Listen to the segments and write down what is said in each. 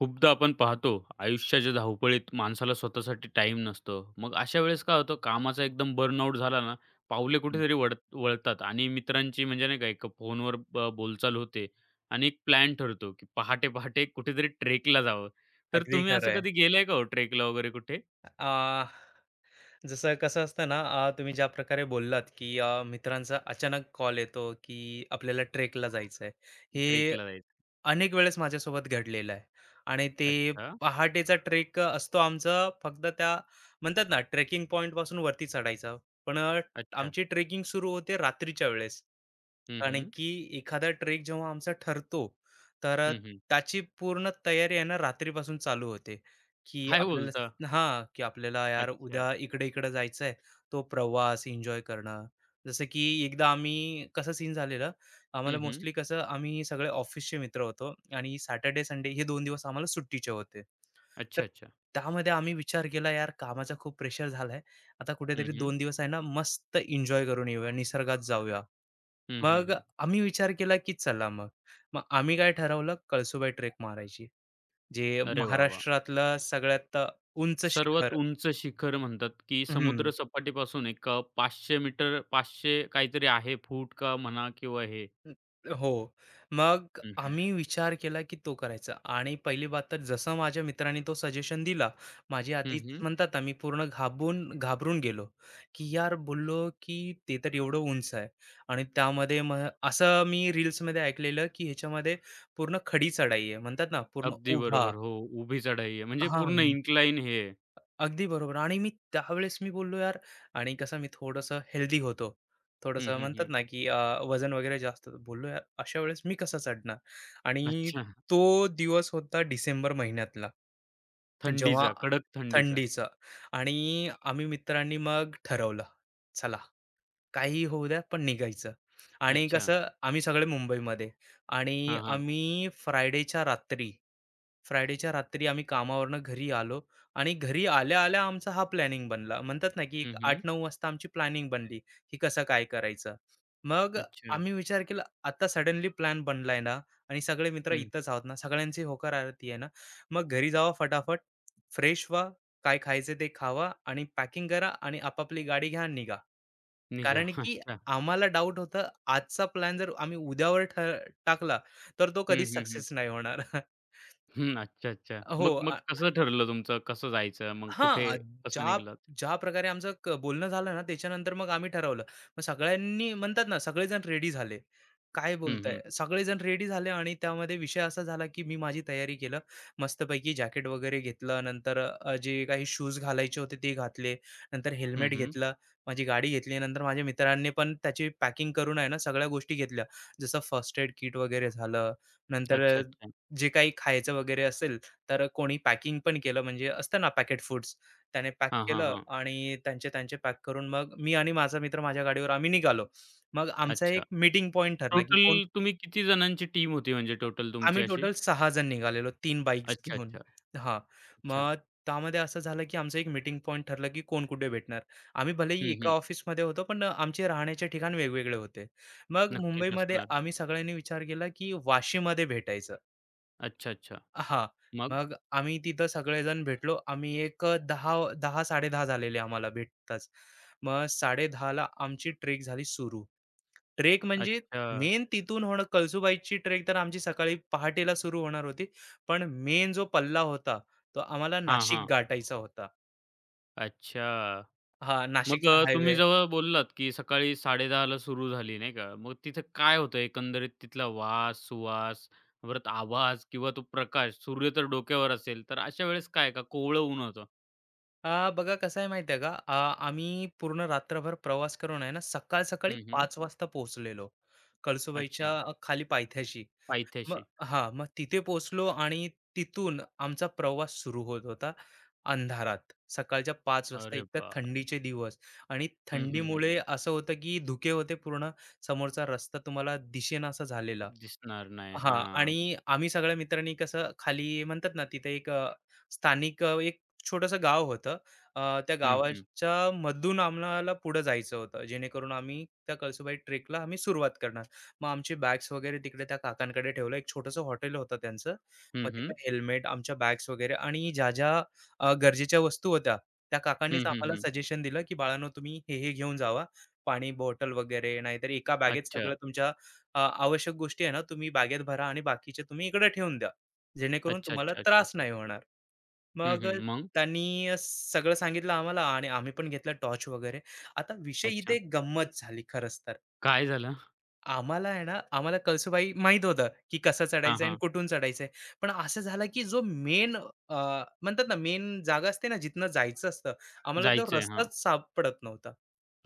खूपदा आपण पाहतो आयुष्याच्या धावपळीत माणसाला स्वतःसाठी टाइम नसतो. मग अशा वेळेस काय होतं कामाचा एकदम बर्नआउट झाला ना, पावले हं, कुठेतरी वळतात आणि मित्रांची म्हणजे नाही का एक फोनवर बोलचाल होते आणि एक प्लॅन ठरतो, की पहाटे-पहाटे कुठेतरी ट्रेकला जावं. तर अगदी तुम्ही खरं असं आहे. कधी गेलंय का हो ट्रेकला वगैरे कुठे? अ, जसं कसं असतं ना, तुम्ही ज्या प्रकारे बोललात, की मित्रांचा अचानक कॉल येतो, की आपल्याला ट्रेकला जायचं आहे. हे ट्रेकला जायचं. अनेक वेळेस माझ्यासोबत घडलेलं आहे. आणि ते अच्छा, पहाटेचा ट्रेक असतो आमचा फक्त त्या म्हणतात ना, ट्रेकिंग पॉइंटपासून वरती चढायचा. पण अ, अच्छा. आमची ट्रेकिंग सुरू होते रात्रीच्या वेळेस. हं, कारण हं. की एखादा ट्रेक जेव्हा आमचा ठरतो, तर अ, हं, हं. त्याची पूर्ण तयारी आहे ना रात्रीपासून चालू होते, की काय आपल्याला स बोलता? हां, की आपल्याला यार अच्छा. उद्या इकडे-इकडे जायचं आहे. तो प्रवास एन्जॉय करणं. जसं की एकदा आम्ही कसं सीन झालेलं, आम्हाला हं, हं. मोस्टली कसं आम्ही सगळे ऑफिसचे मित्र होतो आणि सॅटर्डे, संडे हे 2 दिवस आम्हाला सुट्टीचे होते. तर अच्छा, अच्छा. त्यामध्ये आम्ही विचार केला यार कामाचा खूप प्रेशर झालाय. आता हं, कुठेतरी हं. 2 दिवस आहे ना मस्त एन्जॉय करून येऊया, निसर्गात जाऊया. हं, हं, मग हं. आम्ही विचार केला की चला मग. मग आम्ही काय ठरवलं कळसुबाई ट्रेक मारायची. जे अरे वाह! वाह! महाराष्ट्रातलं सगळ्यात उंच सर्वात शिखर. उंच शिखर म्हणतात, की हं. समुद्र सपाटीपासून एक 500 मीटर 500 काहीतरी आहे फूट का म्हणा किंवा हे. हो. मग हं, हं. आम्ही विचार केला की तो करायचा आणि पहिली बात तर जसं माझ्या मित्राने तो सजेशन दिला, माझी हं, आधीच हं. म्हणतात ना, मी पूर्ण घाबरून गेलो, की यार बोललो की ते तर एवढं उंच आहे आणि त्यामध्ये मग असं मी रील्समध्ये ऐकलेलं की ह्याच्यामध्ये पूर्ण खडी चढाई आहे म्हणतात ना, पूर्ण अगदी उभा. बरोबर. हो, उभी चढाई आहे. म्हणजे पूर्ण हां. इन्क्लाइन हे आहे. अगदी बरोबर आणि मी त्यावेळेस बोललो यार आणि कसं मी थोडंसं हेल्दी होतो. हं, थोडंसं हं, म्हणतात हं. ना, वजन वगैरे जास्त होतं. बोललो यार अशा वेळेस मी कसा चढणार? आणि अच्छा. तो दिवस होता डिसेंबर महिन्यातला. जेव्हा थंडीचा, कडक थंडीचा. थंडीचं आणि आम्ही मित्रांनी मग ठरवलं, चला काहीही होऊ द्या पण निघायचं. आणि अच्छा. कसं आम्ही सगळे मुंबईमध्ये आणि हां, हां. आम्ही फ्रायडेच्या रात्री, फ्रायडेच्या रात्री आम्ही कामावरनं घरी आलो आणि घरी आल्या-आल्या आमचा हा प्लॅनिंग बनला. म्हणतात ना, की एक हं, हं. 8-9 वाजता आमची प्लॅनिंग बनली, की कसं काय करायचं. मग अच्छा. आम्ही विचार केला, आता सडनली प्लॅन बनलाय ना आणि सगळे मित्र हं. इथंच आहोत ना, सगळ्यांची होकार आरती आहे ना, मग घरी जावा फटाफट, फ्रेश व्हा, काय खायचं ते खावा आणि पॅकिंग करा आणि आपापली गाडी घ्या आणि निघा. निघा. कारण की अच्छा. आम्हाला डाऊट होतं, आजचा प्लॅन जर आम्ही उद्यावर ठ टाकला, तर तो हं, कधीच हं, हं. सक्सेस नाही होणार. हं. अच्छा, अच्छा. हो. मग मग कसं ठरलं तुमचं? कसं जायचं? मग कुठे हां, कसं ज्या निघालात? ज्या प्रकारे आमचं बोलणं झालं ना, त्याच्यानंतर मग आम्ही ठरवलं. मग सगळ्यांनी म्हणतात ना, सगळेजण रेडी झाले. काय हं, बोलताय? हं. सगळेजण रेडी झाले आणि त्यामध्ये विषय असा झाला, की मी माझी तयारी केलं. मस्तपैकी जॅकेट वगैरे घेतलं. नंतर जे काही शूज घालायचे होते ते घातले. नंतर हं, हेल्मेट हं. घेतलं. माझी गाडी घेतली. नंतर माझ्या मित्रांनी पण त्याची पॅकिंग करून आहे ना, सगळ्या गोष्टी घेतल्या. जसं फर्स्ट एड किट वगैरे झालं. नंतर अच्छा, अ, अच्छा. जे काही खायचं वगैरे असेल तर कोणी पॅकिंग पण केलं म्हणजे असतं ना पॅकेट फूड्स, त्याने पॅक हां, हां, केलं हां. आणि त्यांचे त्यांचे पॅक करून मग मी आणि माझा मित्र माझ्या गाडीवर आम्ही निघालो. मग आमचा अच्छा. एक मीटिंग पॉइंट ठरला, की कोण टोटल तुम्ही किती जणांची टीम होती म्हणजे टोटल तुमची आम्ही अशी? टोटल 6 जण निघालेलो 3 बाईक्स अच्छा, घेऊन. अच्छा, हां, अच्छा. मग त्यामध्ये असं झालं, की आमचं एक मीटिंग पॉइंट ठरलं, की कोण कुठे भेटणार. आम्ही भलेही हं, एका हं. ऑफिसमध्ये होतो, पण आमचे राहण्याचे ठिकाण वेगवेगळे होते. मग नक्कीच मुंबईमध्ये असणार. आम्ही सगळ्यांनी विचार केला, की वाशीमध्ये भेटायचं. अच्छा, अच्छा. हां. मग? मग आम्ही तिथं सगळेजण भेटलो. आम्ही 10 10 10:30 झालेले आम्हाला भेटताच. मग 10:30 ला आमची ट्रेक झाली सुरू. ट्रेक म्हणजे अच्छा. मेन तिथून होणं कळसुबाईची ट्रेक तर आमची सकाळी पहाटेला सुरू होणार होती. पण मेन जो पल्ला होता, तो आम्हाला हां, नाशिक हां. गाठायचा होता. अच्छा. हां, मग नाशिकचा तुम्ही हायवे. जेव्हा बोललात, की सकाळी 10:30 सुरू झाली नाही का? मग तिथं काय होतं एकंदरीत तिथला वास, सुवास, परत आवाज किंवा तो प्रकाश, सूर्य तर डोक्यावर असेल, तर अशा वेळेस काय का कोवळं ऊन होतं? बघा कसं आहे माहिती आहे का? आम्ही पूर्ण रात्रभर प्रवास करून आहे ना, सकाळ-सकाळी हं, हं. 5 वाजता पोहोचलेलो. अच्छा. कळसुबाईच्या खाली पायथ्याशी. मग पायथ्याशी. हां, मग तिथे पोहोचलो आणि तिथून आमचा प्रवास सुरू होत होता अंधारात. सकाळच्या 5 वाजता अरे एकतर बाप! थंडीचे दिवस आणि हं, हं, हं. थंडीमुळे असं होतं की धुके होते पूर्ण, समोरचा रस्ता तुम्हाला दिसेनासा झालेला. दिसणार नाही. हां. हां. आणि आम्ही सगळ्या मित्रांनी कसं खाली म्हणतात ना, तिथे एक स्थानिक एक छोटंसं गाव होतं. त्या हं, हं. गावाच्या मधून आम्हाला पुढे जायचं होतं. जेणेकरून आम्ही त्या कळसूबाई ट्रेकला आम्ही सुरुवात करणार. मग आमचे बॅग्स वगैरे तिकडे त्या काकांकडे ठेवलं. एक छोटंसं हॉटेल होतं त्यांचं. हं, मग हं. तिथं हेल्मेट, आमच्या बॅग्स वगैरे आणि ज्या गरजेच्या वस्तू होत्या, त्या हं, काकांनीच हं, आम्हाला हं. सजेशन दिलं, की "बाळांनो, तुम्ही हे घेऊन जावा. पाणी बॉटल वगैरे, नाहीतर एका बॅगेत अच्छा. सगळं तुमच्या आवश्यक गोष्टी आहे ना, तुम्ही बागेत भरा आणि बाकीचे तुम्ही इकडे ठेवून द्या. जेणेकरून अच्छा, तुम्हाला अच्छा, अच्छा. त्रास नाही होणार." हं, मग अ, हं. मग? त्यांनी सगळं सांगितलं आम्हाला आणि आम्ही पण घेतला टॉर्च वगैरे. आता विषय इथे अच्छा. एक गंमत झाली खरंच तर. काय झालं? आम्हाला आहे ना, आम्हाला कळसूबाई माहीत होतं, की कसं हां, चढायचं आणि हां. कुठून चढायचं, पण असं झालं, की जो मेन म्हणतात ना, मेन जागा असते ना, जिथनं जायचं असतं, आम्हाला तो जायचंय. हां. रस्ताच सापडत नव्हता.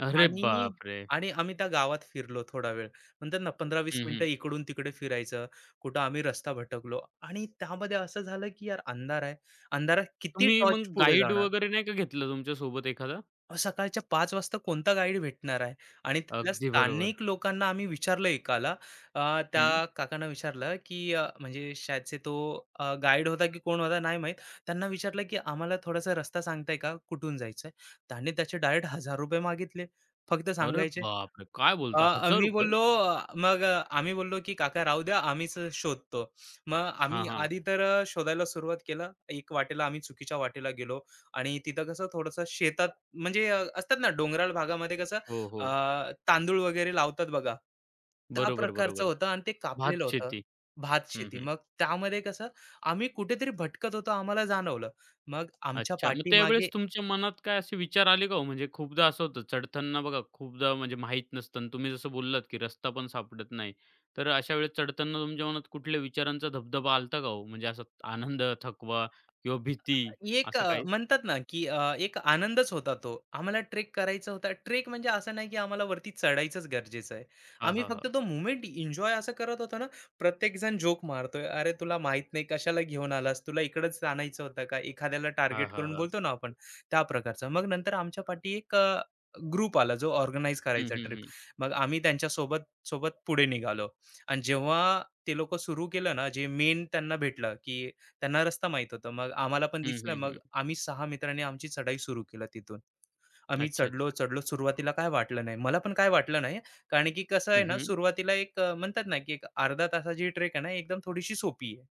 अरे आणि बापरे! आणि आम्ही त्या गावात फिरलो थोडा वेळ. म्हणतात ना 15-20 हं, मिनिटं हं. इकडून-तिकडे फिरायचं. कुठं आम्ही रस्ता भटकलो आणि त्यामध्ये असं झालं, की यार अंधार आहे. अंधारात किती तुम्ही मग टॉर्च पुढे गाईड जाणार? वगैरे नाही का घेतलं तुमच्या सोबत एखादा? अहो, सकाळच्या 5 वाजता कोणता गाईड भेटणार आहे? आणि तिथल्या अगदी बरोबर. स्थानिक लोकांना आम्ही विचारलं एकाला, त्या हं. काकांना विचारलं, की म्हणजे शायद तो गाईड होता की कोण होता नाही माहीत. त्यांना विचारलं, की "आम्हाला थोडासा रस्ता सांगताय का? कुठून जायचंय?" त्याने त्याचे डायरेक्ट ₹1000 मागितले. फक्त अरे सांगायचे. बापरे! काय अ, बोलता आम्ही ₹1000? बोललो अ, मग अ, आम्ही बोललो, की "काका राहू द्या, आम्हीच शोधतो." मग आम्ही हां, हां. आधी तर अ, शोधायला सुरुवात केलं. एक वाटेला आम्ही चुकीच्या वाटेला गेलो आणि तिथं कसं थोडंसं शेतात, म्हणजे असतात ना डोंगराळ भागामध्ये कसं हो, हो. तांदूळ वगैरे लावतात बघा, त्या बरोबर, प्रकारचं बरोबर. होतं आणि ते कापलेलं होतं. भातशेती. भात हं, शेती. हं. मग त्यामध्ये कसं आम्ही कुठेतरी भटकत होतो आम्हाला जाणवलं. मग आमच्या अच्छा. मग पाठीमागे त्यावेळेस तुमच्या मनात काय असे विचार आले का हो? म्हणजे खूपदा असं होतं चढताना बघा खूपदा म्हणजे माहीत नसतं आणि तुम्ही जसं बोललात, की रस्ता पण सापडत नाही. तर अशा वेळेस चढताना तुमच्या मनात कुठल्या विचारांचा धबधबा आला का हो? म्हणजे असा आनंद, थकवा किंवा भीती असं काही? म्हणतात ना, की एक आनंदच होता तो. आम्हाला ट्रेक करायचा होता. ट्रेक म्हणजे असं नाही, की आम्हाला वरती चढायचंच गरजेचं आहे. हां, आम्ही हां, फक्त हां. तो मोमेंट एन्जॉय असं करत होतो ना, प्रत्येकजण जोक मारतोय, "अरे, तुला माहित नाही कशाला घेऊन आलास? तुला इकडंच आणायचं होतं का?" एखाद्याला हां, टार्गेट हां, करून हां. बोलतो ना आपण, त्या प्रकारचं. मग नंतर आमच्या पाठी एक ग्रुप आला, जो ऑर्गनाइज हं, करायचा हं, ट्रिप. हं. मग आम्ही त्यांच्यासोबत सोबत सोबत पुढे निघालो आणि जेव्हा ते लोकं सुरू केलं ना, जे मेन त्यांना भेटलं, की त्यांना रस्ता माहीत होता. मग आम्हाला पण हं, दिसलं. हं, मग हं. आम्ही 6 मित्रांनी आमची चढाई सुरू केलं तिथून. आम्ही अच्छा, चढलो, अच्छा. चढलो. सुरुवातीला काय वाटलं नाही. मला पण काय वाटलं नाही. कारण की कसं आहे हं, ना, हं. सुरुवातीला म्हणतात ना, की एक अर्धा तासाची ट्रेक आहे ना, एकदम थोडीशी सोपी आहे.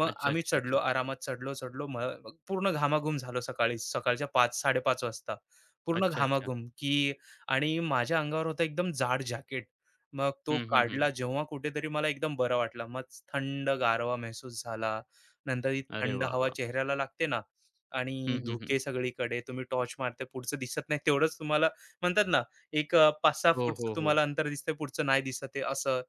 मग अच्छा, आम्ही अच्छा, चढलो अच्छा. आरामात चढलो, चढलो. मग पूर्ण घामाघूम झालो सकाळी सकाळच्या 5:00-5:30 वाजता. पूर्ण अच्छा, अच्छा. घामाघूम की आणि माझ्या अंगावर होतं एकदम जाड जॅकेट. मग तो हं, हं, काढला हं. जेव्हा कुठेतरी मला एकदम बरं वाटलं. मग थंड गारवा महसूस झाला. नंतर ही अरे थंड वाह, हवा वाह! चेहऱ्याला लागते ना आणि हं, हं, हं. धुके सगळीकडे. तुम्ही टॉर्च मारताय पुढचं दिसत नाही तेवढंच तुम्हाला म्हणतात ना एक 5-6 हो, फूटचं हो, हो. तुम्हाला अंतर दिसतंय पुढचं नाही दिसत आहे असं.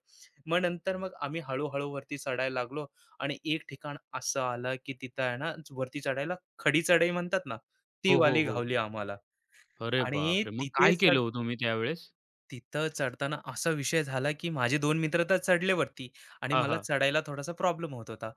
मग नंतर आम्ही हळू वरती चढायला लागलो आणि एक ठिकाण असं आलं की तिथं आहे ना, वरती चढायला खडी चढाई म्हणतात ना, ती हो, हो, वाली हो. घावली आम्हाला. अरे आणि बापरे! मग तिथे काय केलं चढ हो तुम्ही त्यावेळेस? तिथं चढताना असा विषय झाला की माझे 2 मित्र तर चढले वरती आणि हां, मला हां. चढायला थोडासा प्रॉब्लेम होत होता.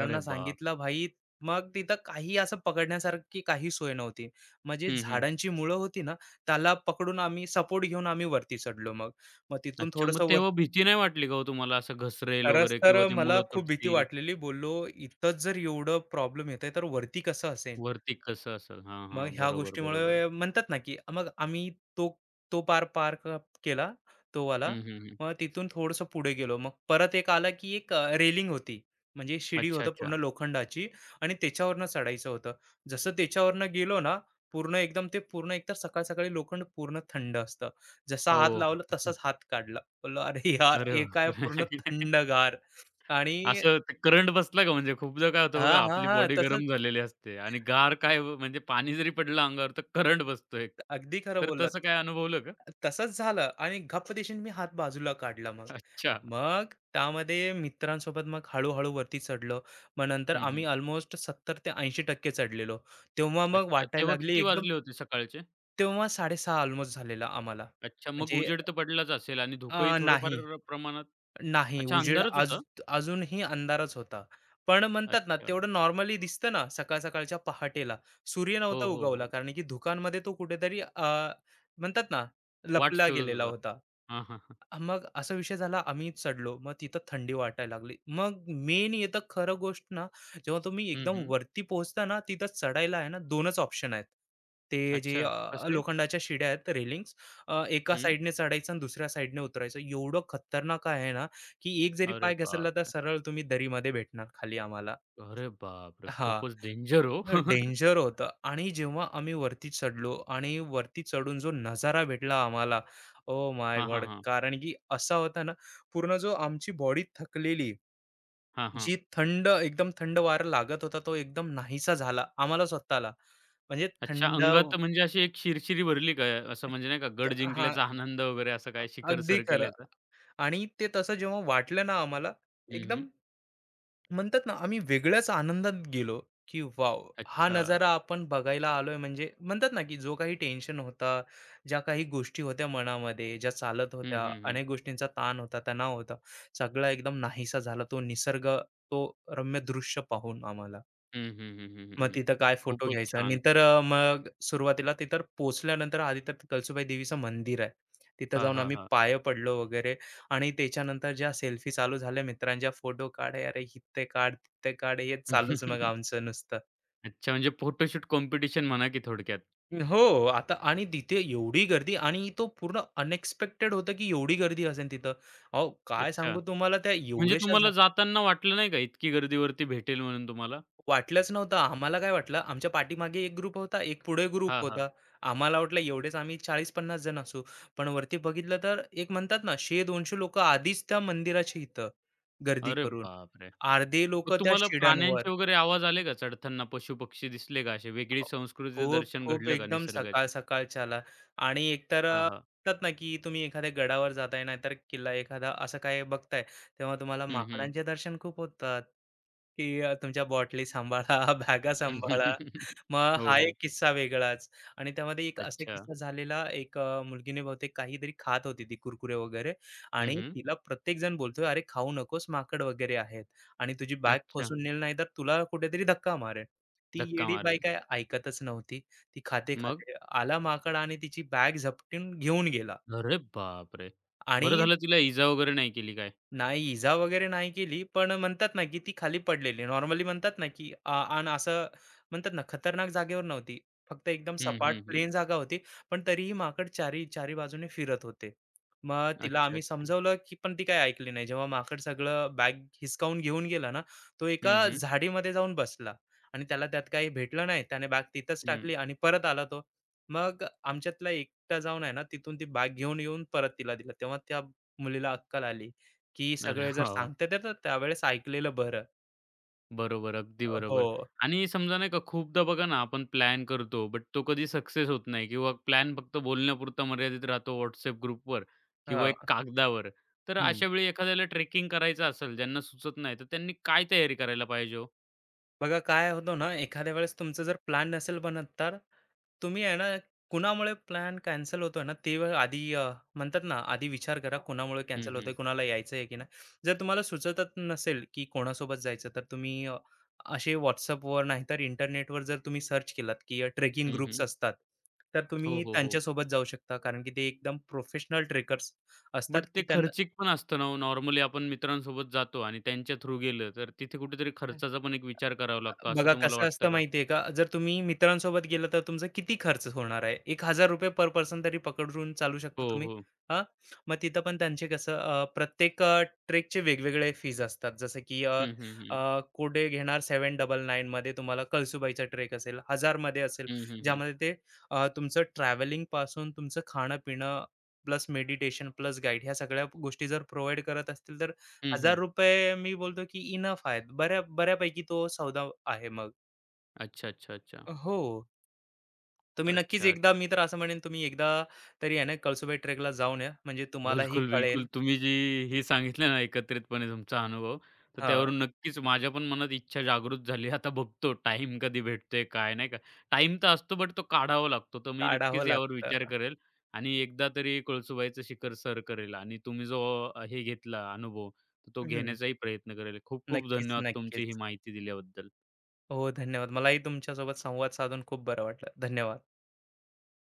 अरे बाप! सांगितलं, "भाई". मग तिथं काही असं पकडण्यासारखी काही सोय नव्हती. म्हणजे हं, हं. झाडांची मुळं होती ना, त्याला पकडून आम्ही सपोर्ट घेऊन आम्ही वरती चढलो मग. मग तिथून अच्छा, मग थोडंसं, तेव्हा भीती नाही वाटली का हो तुम्हाला असं घसरेल खरंच वगैरे तर किंवा ती मला मुळं खूप भीती तुटतील, वाटलेली. बोललो, "इथंच जर एवढं प्रॉब्लेम येतंय, तर वरती कसं असेल?" वरती कसं असेल? हां, हां. मग ह्या बरोबर, बरोबर. गोष्टीमुळे म्हणतात ना, की मग आम्ही तो तो पार पार क केला, तो वाला. हं, हं, हं. मग तिथून थोडंसं पुढे गेलो. मग परत एक आला, की एक रेलिंग होती. म्हणजे शिडी अच्छा, होतं पूर्ण अच्छा. लोखंडाची आणि त्याच्यावरनं चढायचं होतं. जसं त्याच्यावरनं गेलो ना, पूर्ण एकदम ते पूर्ण एकतर सकाळ-सकाळी लोखंड पूर्ण थंड असतं. जसा हात हो. लावला तसाच हात काढला. बोललो, "अरे यार, अरे हे काय बापरे! पूर्ण थंडगार." आणि असं ते करंट बसला का म्हणजे खूपदा काय होतं बघा हां, हां, आपली हां. बॉडी तसंच गरम झालेली असते आणि गार काय व म्हणजे पाणी जरी पडलं अंगावर तर करंट बसतो एक. अगदी खरं तर बोललात. तसं काय अनुभवलं का? तसंच झालं आणि गप्प देशील मी हात बाजूला काढला मग. अच्छा. मग त्यामध्ये मित्रांसोबत मग हळू-हळू वरती चढलो. मग नंतर हं, आम्ही हं. अल्मोस्ट 70 ते 80% चढलेलो. तेव्हा मग अच्छा. वाटायला तेव्हा लागली किती एकदम, वाजले होते सकाळचे? तेव्हा 6:30 ऑलमोस्ट झालेला आम्हाला. अच्छा, मग म्हणजे उजेड तर पडलाच असेल आणि धुकंही थोडंफार नाही. प्रमाणात नाही, अच्छा, उजेड अंधारच आज होता? अजूनही अंधारच होता. पण म्हणतात ना, अच्छा. तेवढं नॉर्मली दिसतं ना, सकाळ-सकाळच्या पहाटेला. सूर्य नव्हता हो, हो, उगवला हो. कारण की धुक्यांमध्ये तो कुठेतरी म्हणतात ना, वाट लपला शोधत गेलेला होता. होता. हां, हां, हां. मग असा विषय झाला आम्ही चढलो मग तिथं थंडी वाटायला लागली मग मेन येतं खरं गोष्ट ना, जेव्हा तुम्ही हं, एकदम हं. वरती पोहोचता ना तिथं चढायला आहे ना दोनच ऑप्शन आहेत, ते जे अच्छा. अ, कसे? लोखंडाच्या शिड्या आहेत रेलिंग्स, एका हं. साईडने चढायचं आणि दुसऱ्या साईडने उतरायचं एवढं खतरनाक आहे ना, की एक जरी अरे पाय घसरला तर बापरे! सरळ तुम्ही दरीमध्ये भेटणार खाली आम्हाला. अरे बापरे! हा, खूपच डेंजर हो. डेंजर होतं आणि जेव्हा आम्ही वरती चढलो आणि वरती चढून जो नजारा भेटला आम्हाला, ओ माय हां, हां, गॉड, हां. कारण की असा होता ना, पूर्ण जो आमची बॉडी थकलेली, हां, हां. जी थंड एकदम थंड वारा लागत होता तो एकदम नाहीसा झाला आम्हाला स्वतःला, म्हणजे अच्छा थंड. अंगात म्हणजे अशी एक शिरशिरी भरली का? असं म्हणजे नाही का गड हा, जिंकल्याचा आनंद वगैरे असं काय शिखर अगदी सर खरं. केल्याचा? आणि ते तसं जेव्हा वाटलं ना आम्हाला, हं, हं. एकदम म्हणतात ना, आम्ही वेगळ्याच आनंदात गेलो, की वॉव! हा अच्छा. नजारा आपण बघायला आलोय म्हणजे म्हणतात ना, की जो काही टेन्शन होता, ज्या काही गोष्टी होत्या मनामध्ये, ज्या चालत हं, होत्या, हं, हं. अनेक गोष्टींचा ताण होता, तणाव होता, सगळा एकदम नाहीसा झाला तो निसर्ग, तो रम्य दृश्य पाहून आम्हाला. हं, हं, हं, हं, मग हं, तिथं काय फोटो खूपच घ्यायचा आणि छान. तर मग सुरुवातीला तिथं पोहोचल्यानंतर आधी तर कळसुबाई देवीचं मंदिर आहे. तिथं हां, जाऊन हां, आम्ही हां. पाय पडलो वगैरे. आणि त्याच्यानंतर ज्या सेल्फी चालू झाल्या मित्रांच्या, फोटो काढ, "अरे इथे काढ, तिथे काढ." हे चालूच मग आमचं नुसतं. अच्छा म्हणजे फोटोशूट कॉम्पिटिशन म्हणा की थोडक्यात. हो. आता आणि तिथे एवढी गर्दी आणि तो पूर्ण अनएक्सपेक्टेड होतं की एवढी गर्दी असेल तिथं. अहो, काय अच्छा. सांगू तुम्हाला त्या म्हणजे एवढ्याशा तुम्हाला जाताना वाटलं नाही का, इतकी गर्दीवरती भेटेल म्हणून तुम्हाला? वाटलंच नव्हतं. आम्हाला काय वाटलं, आमच्या पाठीमागे एक ग्रुप होता, एक पुढे ग्रुप हां, हां. होता. आम्हाला वाटलं एवढेच आम्ही 40 पन्नास जण असू. पण वरती बघितलं तर एक म्हणतात ना 100-200 लोकं आधीच त्या मंदिराच्या इथं गर्दी अरे करून. बापरे! अर्धे मग लोकं त्या तुम्हाला शिड्यांवर. प्राण्यांचे वगैरे आवाज आले का चढताना? पशु-पक्षी दिसले का असे? वेगळी अहो, संस्कृतीचं खूप दर्शन खूप घडलं का एकदम सकाळ निसर्गाचं? सकाळच्याला. आणि एकतर हां, हां. म्हणतात ना की तुम्ही एखाद्या गडावर जाताय नाहीतर किल्ला एखादा असं काय बघताय, तेव्हा तुम्हाला हं, हं. माकडांचे दर्शन खूप होतात, की तुमच्या बॉटली सांभाळा बॅगा सांभाळा. मग हो, हा एक हो. किस्सा वेगळाच. आणि त्यामध्ये एक असा अच्छा. किस्सा झालेला, एक मुलगीने बहुतेक काहीतरी खात होती, ती कुरकुरे वगैरे. हं, आणि हं. तिला प्रत्येक जण बोलतोय, अरे खाऊ नकोस, माकड वगैरे आहेत आणि तुझी बॅग अच्छा. खोसून नेल, नाही तर तुला कुठेतरी धक्का मारेल. ती धक्का येडी बाई मारेल. काय ऐकतच नव्हती. ती मग? खाते-खाते आला माकड आणि तिची बॅग झपटून घेऊन गेला. अरे बापरे! बरं आणि झालं तिला इजा वगैरे नाही केली काय? नाही, इजा वगैरे नाही केली, पण म्हणतात ना, की ती खाली पडलेली. नॉर्मली म्हणतात ना, की अन असं म्हणतात ना, खतरनाक जागेवर नव्हती. फक्त एकदम हं, सपाट हं, हं. प्लेन जागा होती, पण तरीही माकड चारी चारी बाजूने फिरत होते. मग तिला अच्छा, आम्ही अच्छा. समजावलं, की पण ती काही ऐकली नाही. जेव्हा माकड सगळं बॅग हिसकावून घेऊन गेला ना, तो एका हं, हं. झाडीमध्ये जाऊन बसला. आणि त्याला त्यात काही भेटलं नाही. त्याने बॅग तिथंच हं. टाकली आणि परत आला तो. मग आमच्यातला एकटा जाऊन आहे ना, तिथून ती बॅग घेऊन येऊन परत तिला दिला. तेव्हा त्या मुलीला अक्कल आली. की अरे सगळे जर वाह! वाह! सांगतात आहे, तर त्यावेळेस ऐकलेलं बरं. बरोबर, अगदी हो. बरोबर. आणि समजा नाही का खूपदा बघा ना आपण प्लॅन करतो, बट तो कधी सक्सेस होत नाही किंवा प्लॅन फक्त बोलण्यापुरता मर्यादित राहतो WhatsApp ग्रुपवर किंवा हां. एक कागदावर. तर हं. अशा वेळी एखाद्याला ट्रेकिंग करायचं असेल, ज्यांना सुचत नाही, तर त्यांनी काय तयारी करायला पाहिजे हो? बघा काय होतं ना, एखाद्या वेळेस तुमचं जर प्लॅन नसेल बनत, तर तुम्ही आहे ना, कुणामुळे प्लॅन कॅन्सल होतोय ना, ते वेळ आधी म्हणतात ना, आधी विचार करा कुणामुळे हं, कॅन्सल होतोय, हं. कुणाला यायचं आहे की नाही. जर तुम्हाला सुचतच नसेल की कोणासोबत जायचं, तर तुम्ही असे WhatsAppवर नाहीतर इंटरनेटवर जर तुम्ही सर्च केलात की ट्रेकिंग हं, ग्रुप्स हं. असतात, तर हो, तुम्ही हो, हो. त्यांच्यासोबत जाऊ शकता. कारण की ते एकदम प्रोफेशनल ट्रेकर्स असतात बट की ते त्यांना. खर्चिक पण असतं ना हो. नॉर्मली आपण मित्रांसोबत जातो आणि त्यांच्या थ्रू गेलं, तर तिथे कुठेतरी खर्चाचा पण एक विचार करावा लागतो, बघा असं तुम्हाला कसं वाटतं असतं का? माहिती का? जर तुम्ही मित्रांसोबत गेलं तर तुमचा किती खर्च होणार आहे? ₹1000 पर पर्सन तरी पकडून चालू शकता हो, तुम्ही. हो. हां, मग तिथं पण त्यांचे कसं प्रत्येक ट्रेकचे वेगवेगळे फीज असतात. जसं की अ, हं, हं, हं. अ, कोडे घेणार 799 मध्ये तुम्हाला कळसुबाईचा ट्रेक असेल, 1000 मध्ये असेल, हं, हं, हं. ज्यामध्ये ते तुमचं ट्रॅव्हलिंगपासून तुमचं खाणं-पिणं प्लस मेडिटेशन प्लस गाईड ह्या सगळ्या गोष्टी जर प्रोव्हाईड करत असतील तर हं, ₹1000 मी बोलतो की इनफ आहेत. बऱ्या बऱ्यापैकी तो सौदा आहे मग. अच्छा, अच्छा, अच्छा. हो. तुम्ही नक्कीच अच्छा. एकदा, मी तर असं म्हणेन, तुम्ही एकदा तरी आहे ना, कळसुबाई ट्रेकला जाऊन या. म्हणजे तुम्हालाही बिलकुल, बिलकुल. कळेल. तुम्ही जी ही सांगितलं ना एकत्रितपणे तुमचा अनुभव, तर हां, त्यावरून नक्कीच माझ्या पण मनात इच्छा जागृत झाली. आता बघतो टाइम कधी भेटतोय काय, नाही का? टाइम तर असतो बट तो काढावा लागतो. तर मी काढावं नक्कीच यावर विचार लागतं. करेल आणि एकदा तरी कळसुबाईचं शिखर सर करेल आणि तुम्ही जो हे घेतला अनुभव, तर तो हं. घेण्याचाही प्रयत्न करेल. खूप खूप नक्कीच, धन्यवाद तुमची ही नक्कीच. माहिती दिल्याबद्दल. हो, धन्यवाद. मलाही तुमच्यासोबत संवाद साधून खूप बरं वाटलं. धन्यवाद.